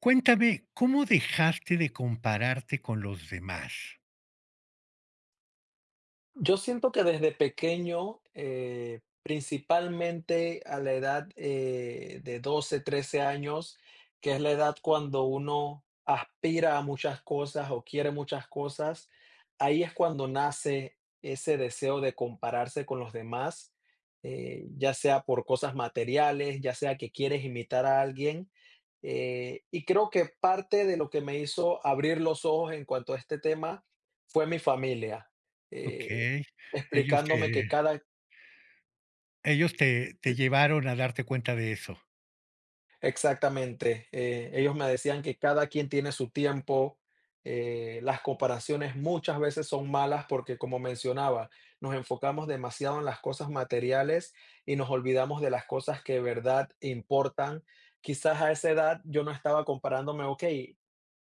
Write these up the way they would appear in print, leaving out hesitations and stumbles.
Cuéntame, ¿cómo dejaste de compararte con los demás? Yo siento que desde pequeño, principalmente a la edad de 12, 13 años, que es la edad cuando uno aspira a muchas cosas o quiere muchas cosas, ahí es cuando nace ese deseo de compararse con los demás, ya sea por cosas materiales, ya sea que quieres imitar a alguien. Y creo que parte de lo que me hizo abrir los ojos en cuanto a este tema fue mi familia. ¿Ok? Eh, ellos te Explicándome que cada. ellos te llevaron a darte cuenta de eso. Exactamente, ellos me decían que cada quien tiene su tiempo, las comparaciones muchas veces son malas porque, como mencionaba, nos enfocamos demasiado en las cosas materiales y nos olvidamos de las cosas que de verdad importan. Quizás a esa edad yo no estaba comparándome. Ok,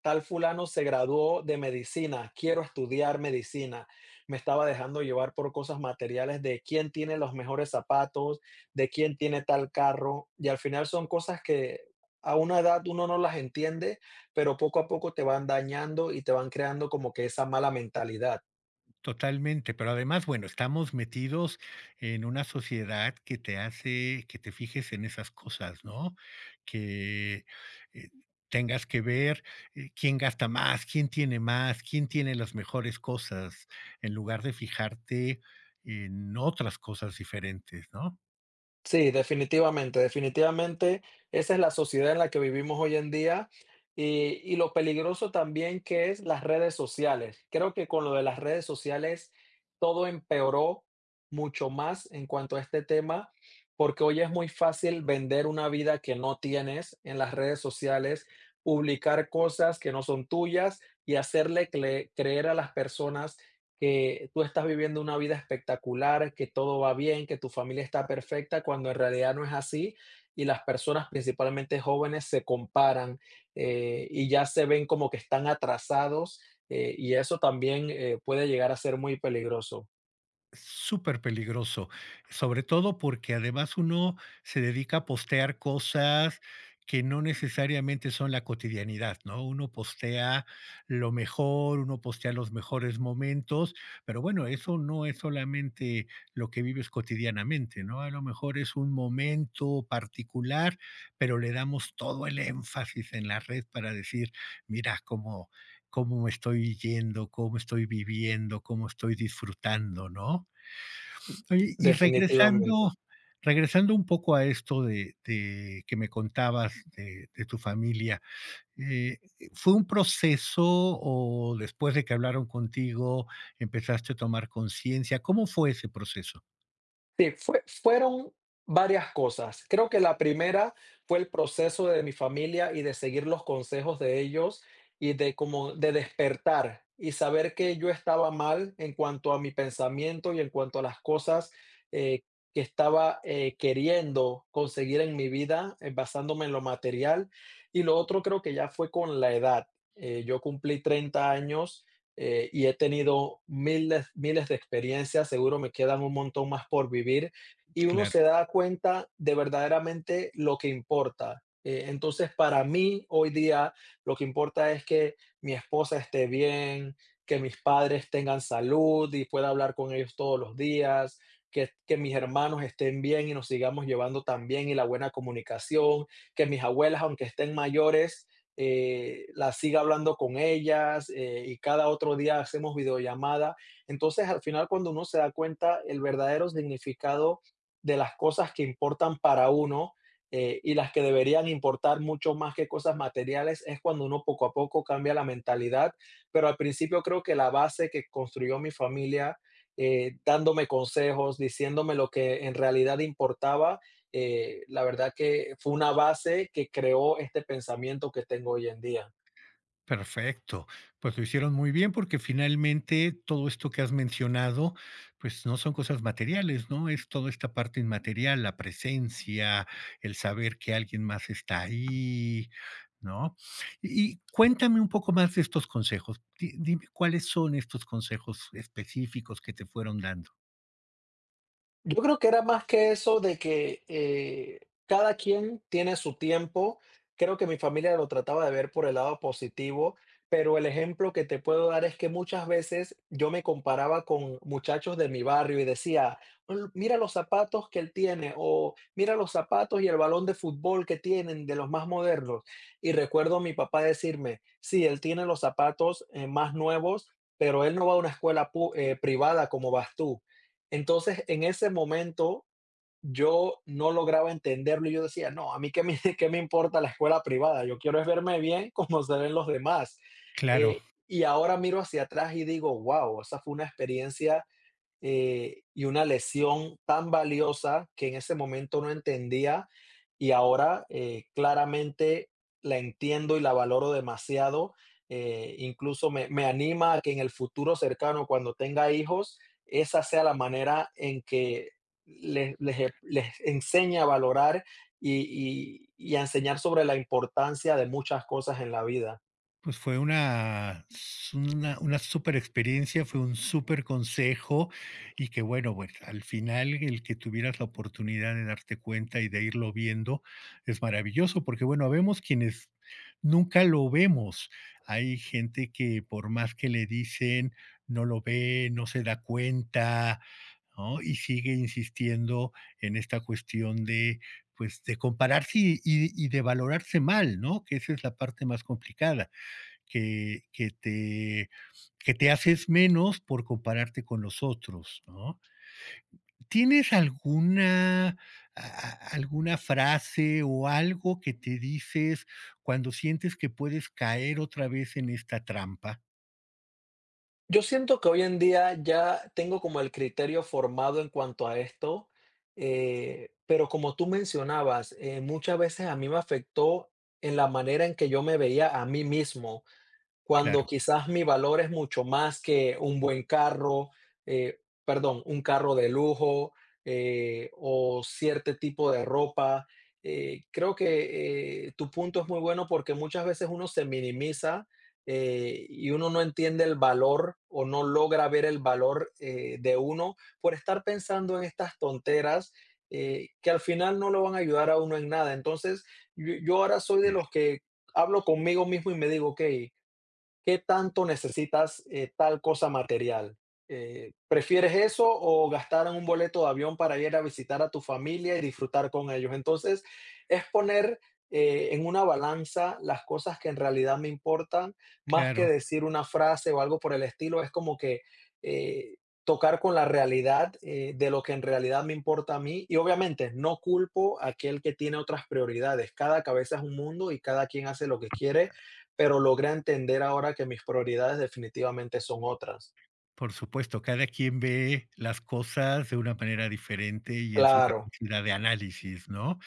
tal fulano se graduó de medicina, quiero estudiar medicina. Me estaba dejando llevar por cosas materiales, de quién tiene los mejores zapatos, de quién tiene tal carro, y al final son cosas que a una edad uno no las entiende, pero poco a poco te van dañando y te van creando como que esa mala mentalidad. Totalmente, pero además, bueno, estamos metidos en una sociedad que te hace que te fijes en esas cosas, ¿no? Que, eh, Tengas que ver, quién gasta más, quién tiene las mejores cosas, en lugar de fijarte en otras cosas diferentes, ¿no? Sí, definitivamente, definitivamente esa es la sociedad en la que vivimos hoy en día, y lo peligroso también que es las redes sociales. Creo que con lo de las redes sociales todo empeoró mucho más en cuanto a este tema, porque hoy es muy fácil vender una vida que no tienes en las redes sociales, publicar cosas que no son tuyas y hacerle cre- creer a las personas que tú estás viviendo una vida espectacular, que todo va bien, que tu familia está perfecta, cuando en realidad no es así. Y las personas, principalmente jóvenes, se comparan, y ya se ven como que están atrasados, y eso también puede llegar a ser muy peligroso, Súper peligroso, sobre todo porque además uno se dedica a postear cosas que no necesariamente son la cotidianidad, ¿no? Uno postea lo mejor, uno postea los mejores momentos, pero bueno, eso no es solamente lo que vives cotidianamente, ¿no? A lo mejor es un momento particular, pero le damos todo el énfasis en la red para decir, mira cómo, cómo me estoy yendo, cómo estoy viviendo, cómo estoy disfrutando, ¿no? Oye, y definitivamente. regresando regresando un poco a esto de que me contabas de tu familia, eh, ¿fue un proceso o después de que hablaron contigo empezaste a tomar conciencia? ¿Cómo fue ese proceso? Sí, fueron varias cosas. Creo que la primera fue el proceso de mi familia y de seguir los consejos de ellos, y de como de despertar y saber que yo estaba mal en cuanto a mi pensamiento y en cuanto a las cosas, eh, que estaba, queriendo conseguir en mi vida, basándome en lo material. Y lo otro creo que ya fue con la edad. Yo cumplí 30 años, y he tenido miles, miles de experiencias, seguro me quedan un montón más por vivir y uno Claro. se da cuenta de verdaderamente lo que importa. Entonces, para mí hoy día lo que importa es que mi esposa esté bien, que mis padres tengan salud y pueda hablar con ellos todos los días. Que mis hermanos estén bien y nos sigamos llevando tan bien, y la buena comunicación, que mis abuelas, aunque estén mayores, la siga hablando con ellas, y cada otro día hacemos videollamada. Entonces, al final, cuando uno se da cuenta el verdadero significado de las cosas que importan para uno, y las que deberían importar mucho más que cosas materiales, es cuando uno poco a poco cambia la mentalidad. Pero al principio creo que la base que construyó mi familia, dándome consejos, diciéndome lo que en realidad importaba, la verdad que fue una base que creó este pensamiento que tengo hoy en día. Perfecto. Pues lo hicieron muy bien porque finalmente todo esto que has mencionado, pues no son cosas materiales, ¿no? Es toda esta parte inmaterial, la presencia, el saber que alguien más está ahí, ¿no? Y cuéntame un poco más de estos consejos. Dime cuáles son estos consejos específicos que te fueron dando. Yo creo que era más que eso, de que cada quien tiene su tiempo. Creo que mi familia lo trataba de ver por el lado positivo, pero el ejemplo que te puedo dar es que muchas veces yo me comparaba con muchachos de mi barrio y decía: Mira los zapatos que él tiene, o mira los zapatos y el balón de fútbol que tienen de los más modernos". Y recuerdo a mi papá decirme: "Sí, él tiene los zapatos, más nuevos, pero él no va a una escuela privada como vas tú". Entonces, en ese momento, yo no lograba entenderlo y yo decía: "No, a mí qué me qué me importa la escuela privada, yo quiero es verme bien como se ven los demás". Claro. Y ahora miro hacia atrás y digo: "Guau, esa fue una experiencia, y una lesión tan valiosa que en ese momento no entendía, y ahora claramente la entiendo y la valoro demasiado. Incluso me, me anima a que en el futuro cercano, cuando tenga hijos, esa sea la manera en que les enseñe a valorar y a enseñar sobre la importancia de muchas cosas en la vida". Pues fue una super experiencia, fue un súper consejo y que bueno, bueno, al final el que tuvieras la oportunidad de darte cuenta y de irlo viendo es maravilloso, porque bueno, vemos quienes nunca lo vemos. Hay gente que por más que le dicen, no lo ve, no se da cuenta, ¿no? Y sigue insistiendo en esta cuestión de, pues, de compararse y de valorarse mal, ¿no? Que esa es la parte más complicada que te que te haces menos por compararte con los otros, ¿no? ¿Tienes alguna a alguna frase o algo que te dices cuando sientes que puedes caer otra vez en esta trampa? Yo siento que hoy en día ya tengo como el criterio formado en cuanto a esto, pero como tú mencionabas, muchas veces a mí me afectó en la manera en que yo me veía a mí mismo, cuando Claro, quizás mi valor es mucho más que un buen carro, eh, perdón, un carro de lujo, o cierto tipo de ropa. Creo que tu punto es muy bueno, porque muchas veces uno se minimiza, y uno no entiende el valor o no logra ver el valor, de uno, por estar pensando en estas tonteras, que al final no lo van a ayudar a uno en nada. Entonces, yo ahora soy de yes, los que hablo conmigo mismo y me digo, ok, ¿qué tanto necesitas, tal cosa material? ¿Prefieres eso o gastar en un boleto de avión para ir a visitar a tu familia y disfrutar con ellos? Entonces, es poner, en una balanza las cosas que en realidad me importan, más que claro, decir una frase o algo por el estilo, es como que, eh, tocar con la realidad, de lo que en realidad me importa a mí. Y obviamente, no culpo a aquel que tiene otras prioridades. Cada cabeza es un mundo y cada quien hace lo que quiere. Pero logré entender ahora que mis prioridades definitivamente son otras. por supuesto, cada quien ve las cosas de una manera diferente y en su Claro, capacidad de análisis, ¿no?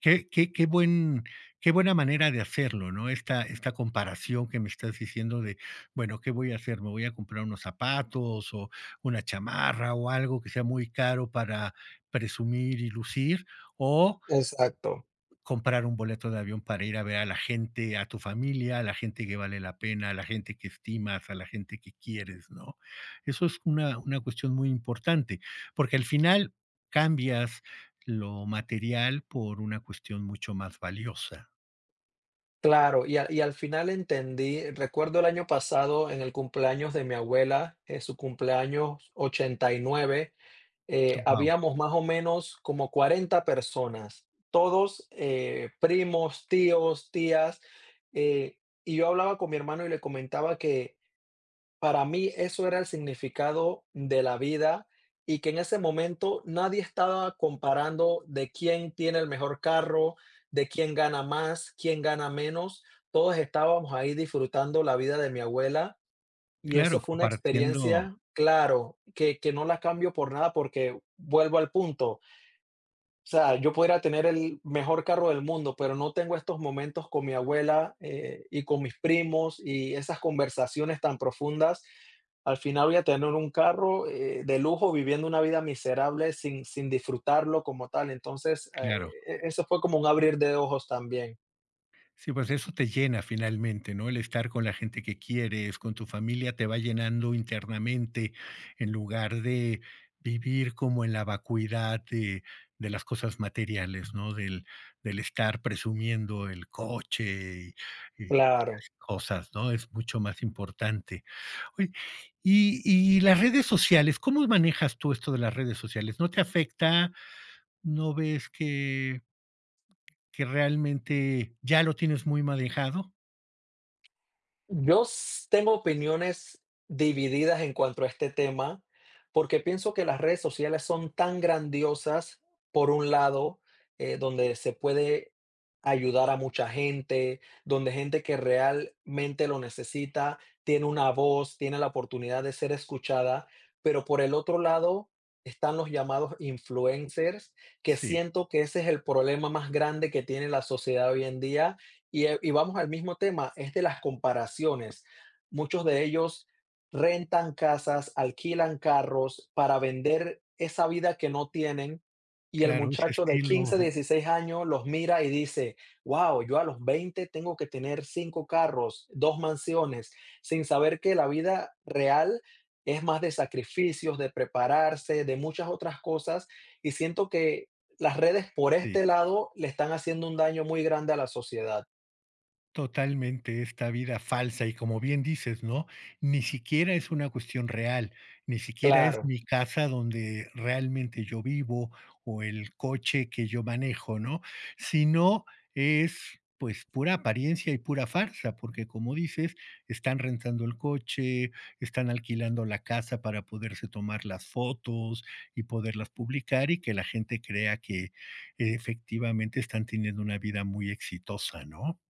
Qué qué qué buen qué buena manera de hacerlo, ¿no? Esta comparación que me estás diciendo de, bueno, ¿qué voy a hacer? ¿Me voy a comprar unos zapatos o una chamarra o algo que sea muy caro para presumir y lucir? O exacto. comprar un boleto de avión para ir a ver a la gente, a tu familia, a la gente que vale la pena, a la gente que estimas, a la gente que quieres, ¿no? Eso es una cuestión muy importante, porque al final cambias lo material por una cuestión mucho más valiosa. Claro, y a y al final entendí, recuerdo el año pasado en el cumpleaños de mi abuela, su cumpleaños 89, Wow. habíamos más o menos como 40 personas, todos, primos, tíos, tías, y yo hablaba con mi hermano y le comentaba que para mí eso era el significado de la vida, y que en ese momento nadie estaba comparando de quién tiene el mejor carro, de quién gana más, quién gana menos. Todos estábamos ahí disfrutando la vida de mi abuela, y eso Claro, fue una compartiendo, experiencia, claro, que no la cambio por nada porque vuelvo al punto. O sea, yo podría tener el mejor carro del mundo, pero no tengo estos momentos con mi abuela, y con mis primos, y esas conversaciones tan profundas. Al final voy a tener un carro, de lujo, viviendo una vida miserable sin disfrutarlo como tal. Entonces, claro. Eso fue como un abrir de ojos también. Sí, pues eso te llena finalmente, ¿no? El estar con la gente que quieres, con tu familia, te va llenando internamente en lugar de vivir como en la vacuidad de las cosas materiales, ¿no? Del, del estar presumiendo el coche y Claro. las cosas, ¿no? Es mucho más importante. Oye, y las redes sociales, ¿cómo manejas tú esto de las redes sociales? ¿No te afecta? ¿No ves que realmente ya lo tienes muy manejado? Yo tengo opiniones divididas en cuanto a este tema, porque pienso que las redes sociales son tan grandiosas, por un lado, donde se puede ayudar a mucha gente, donde gente que realmente lo necesita, tiene una voz, tiene la oportunidad de ser escuchada, pero por el otro lado están los llamados influencers, que Sí, siento que ese es el problema más grande que tiene la sociedad hoy en día, y vamos al mismo tema, es de las comparaciones. Muchos de ellos rentan casas, alquilan carros para vender esa vida que no tienen. Y el claro, ese muchacho de estilo, 15, 16 años los mira y dice: "Wow, yo a los 20 tengo que tener 5 carros, 2 mansiones", sin saber que la vida real es más de sacrificios, de prepararse, de muchas otras cosas. Y siento que las redes por sí. este lado le están haciendo un daño muy grande a la sociedad. Totalmente, esta vida falsa y como bien dices, ¿no? Ni siquiera es una cuestión real, ni siquiera es Claro, mi casa donde realmente yo vivo o el coche que yo manejo, ¿no? Sino es pues pura apariencia y pura farsa, porque como dices, están rentando el coche, están alquilando la casa para poderse tomar las fotos y poderlas publicar y que la gente crea que efectivamente están teniendo una vida muy exitosa, ¿no?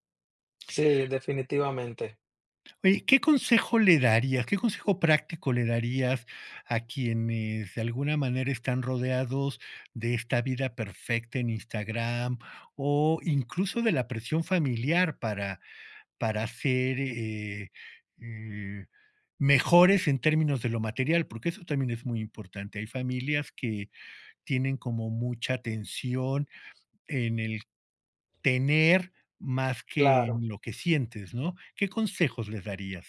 sí, definitivamente, Oye, ¿qué consejo le darías? ¿Qué consejo práctico le darías a quienes de alguna manera están rodeados de esta vida perfecta en Instagram o incluso de la presión familiar para ser eh, mejores en términos de lo material? Porque eso también es muy importante. Hay familias que tienen como mucha tensión en el tener más que claro. en lo que sientes, ¿no? ¿Qué consejos les darías?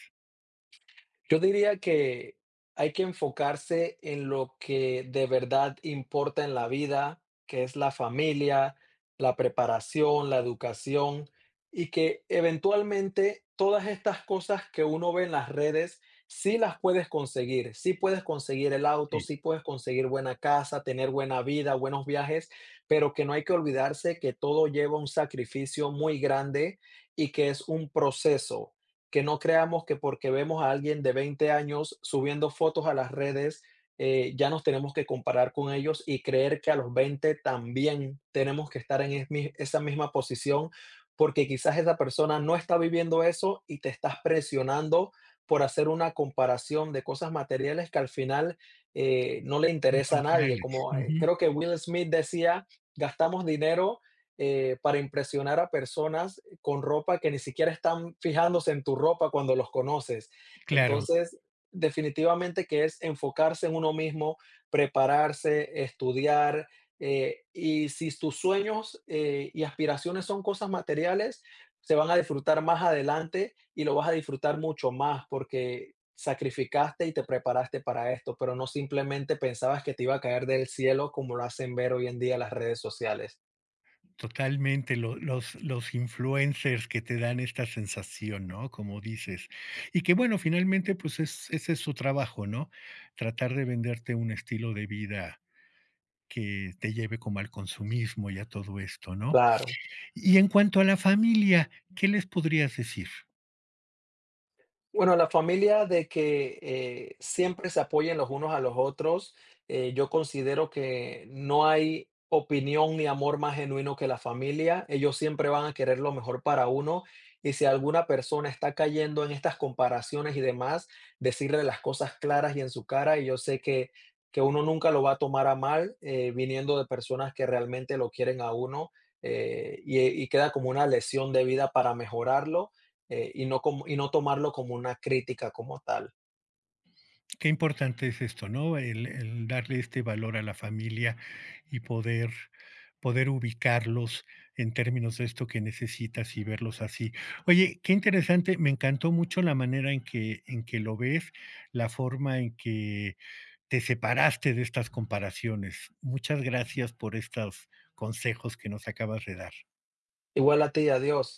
Yo diría que hay que enfocarse en lo que de verdad importa en la vida, que es la familia, la preparación, la educación, y que eventualmente todas estas cosas que uno ve en las redes, sí las puedes conseguir, sí puedes conseguir el auto, Sí. sí puedes conseguir buena casa, tener buena vida, buenos viajes, pero que no hay que olvidarse que todo lleva un sacrificio muy grande, y que es un proceso, que no creamos que porque vemos a alguien de 20 años subiendo fotos a las redes, ya nos tenemos que comparar con ellos y creer que a los 20 también tenemos que estar en esa misma posición, porque quizás esa persona no está viviendo eso y te estás presionando por hacer una comparación de cosas materiales que al final, no le No interesa son a nadie. reales. Como Ujú. creo que Will Smith decía, gastamos dinero, para impresionar a personas con ropa que ni siquiera están fijándose en tu ropa cuando los conoces. Claro, Entonces, definitivamente que es enfocarse en uno mismo, prepararse, estudiar. Y si tus sueños y aspiraciones son cosas materiales, se van a disfrutar más adelante y lo vas a disfrutar mucho más porque sacrificaste y te preparaste para esto, pero no simplemente pensabas que te iba a caer del cielo como lo hacen ver hoy en día las redes sociales. totalmente. Lo los influencers que te dan esta sensación, ¿no? Como dices. Y que, bueno, finalmente, pues, es ese es su trabajo, ¿no? Tratar de venderte un estilo de vida que te lleve como al consumismo y a todo esto, ¿no? Claro. Y en cuanto a la familia, ¿qué les podrías decir? Bueno, la familia, de que siempre se apoyen los unos a los otros, yo considero que no hay opinión ni amor más genuino que la familia. Ellos siempre van a querer lo mejor para uno, y si alguna persona está cayendo en estas comparaciones y demás, decirle las cosas claras y en su cara, y yo sé que uno nunca lo va a tomar a mal, viniendo de personas que realmente lo quieren a uno, y queda como una lesión de vida para mejorarlo, y no tomarlo como una crítica como tal. Qué importante es esto, ¿no? El darle este valor a la familia y poder, poder ubicarlos en términos de esto que necesitas y verlos así. Oye, qué interesante, me encantó mucho la manera en que lo ves, la forma en que te separaste de estas comparaciones. Muchas gracias por estos consejos que nos acabas de dar. Igual a ti, adiós.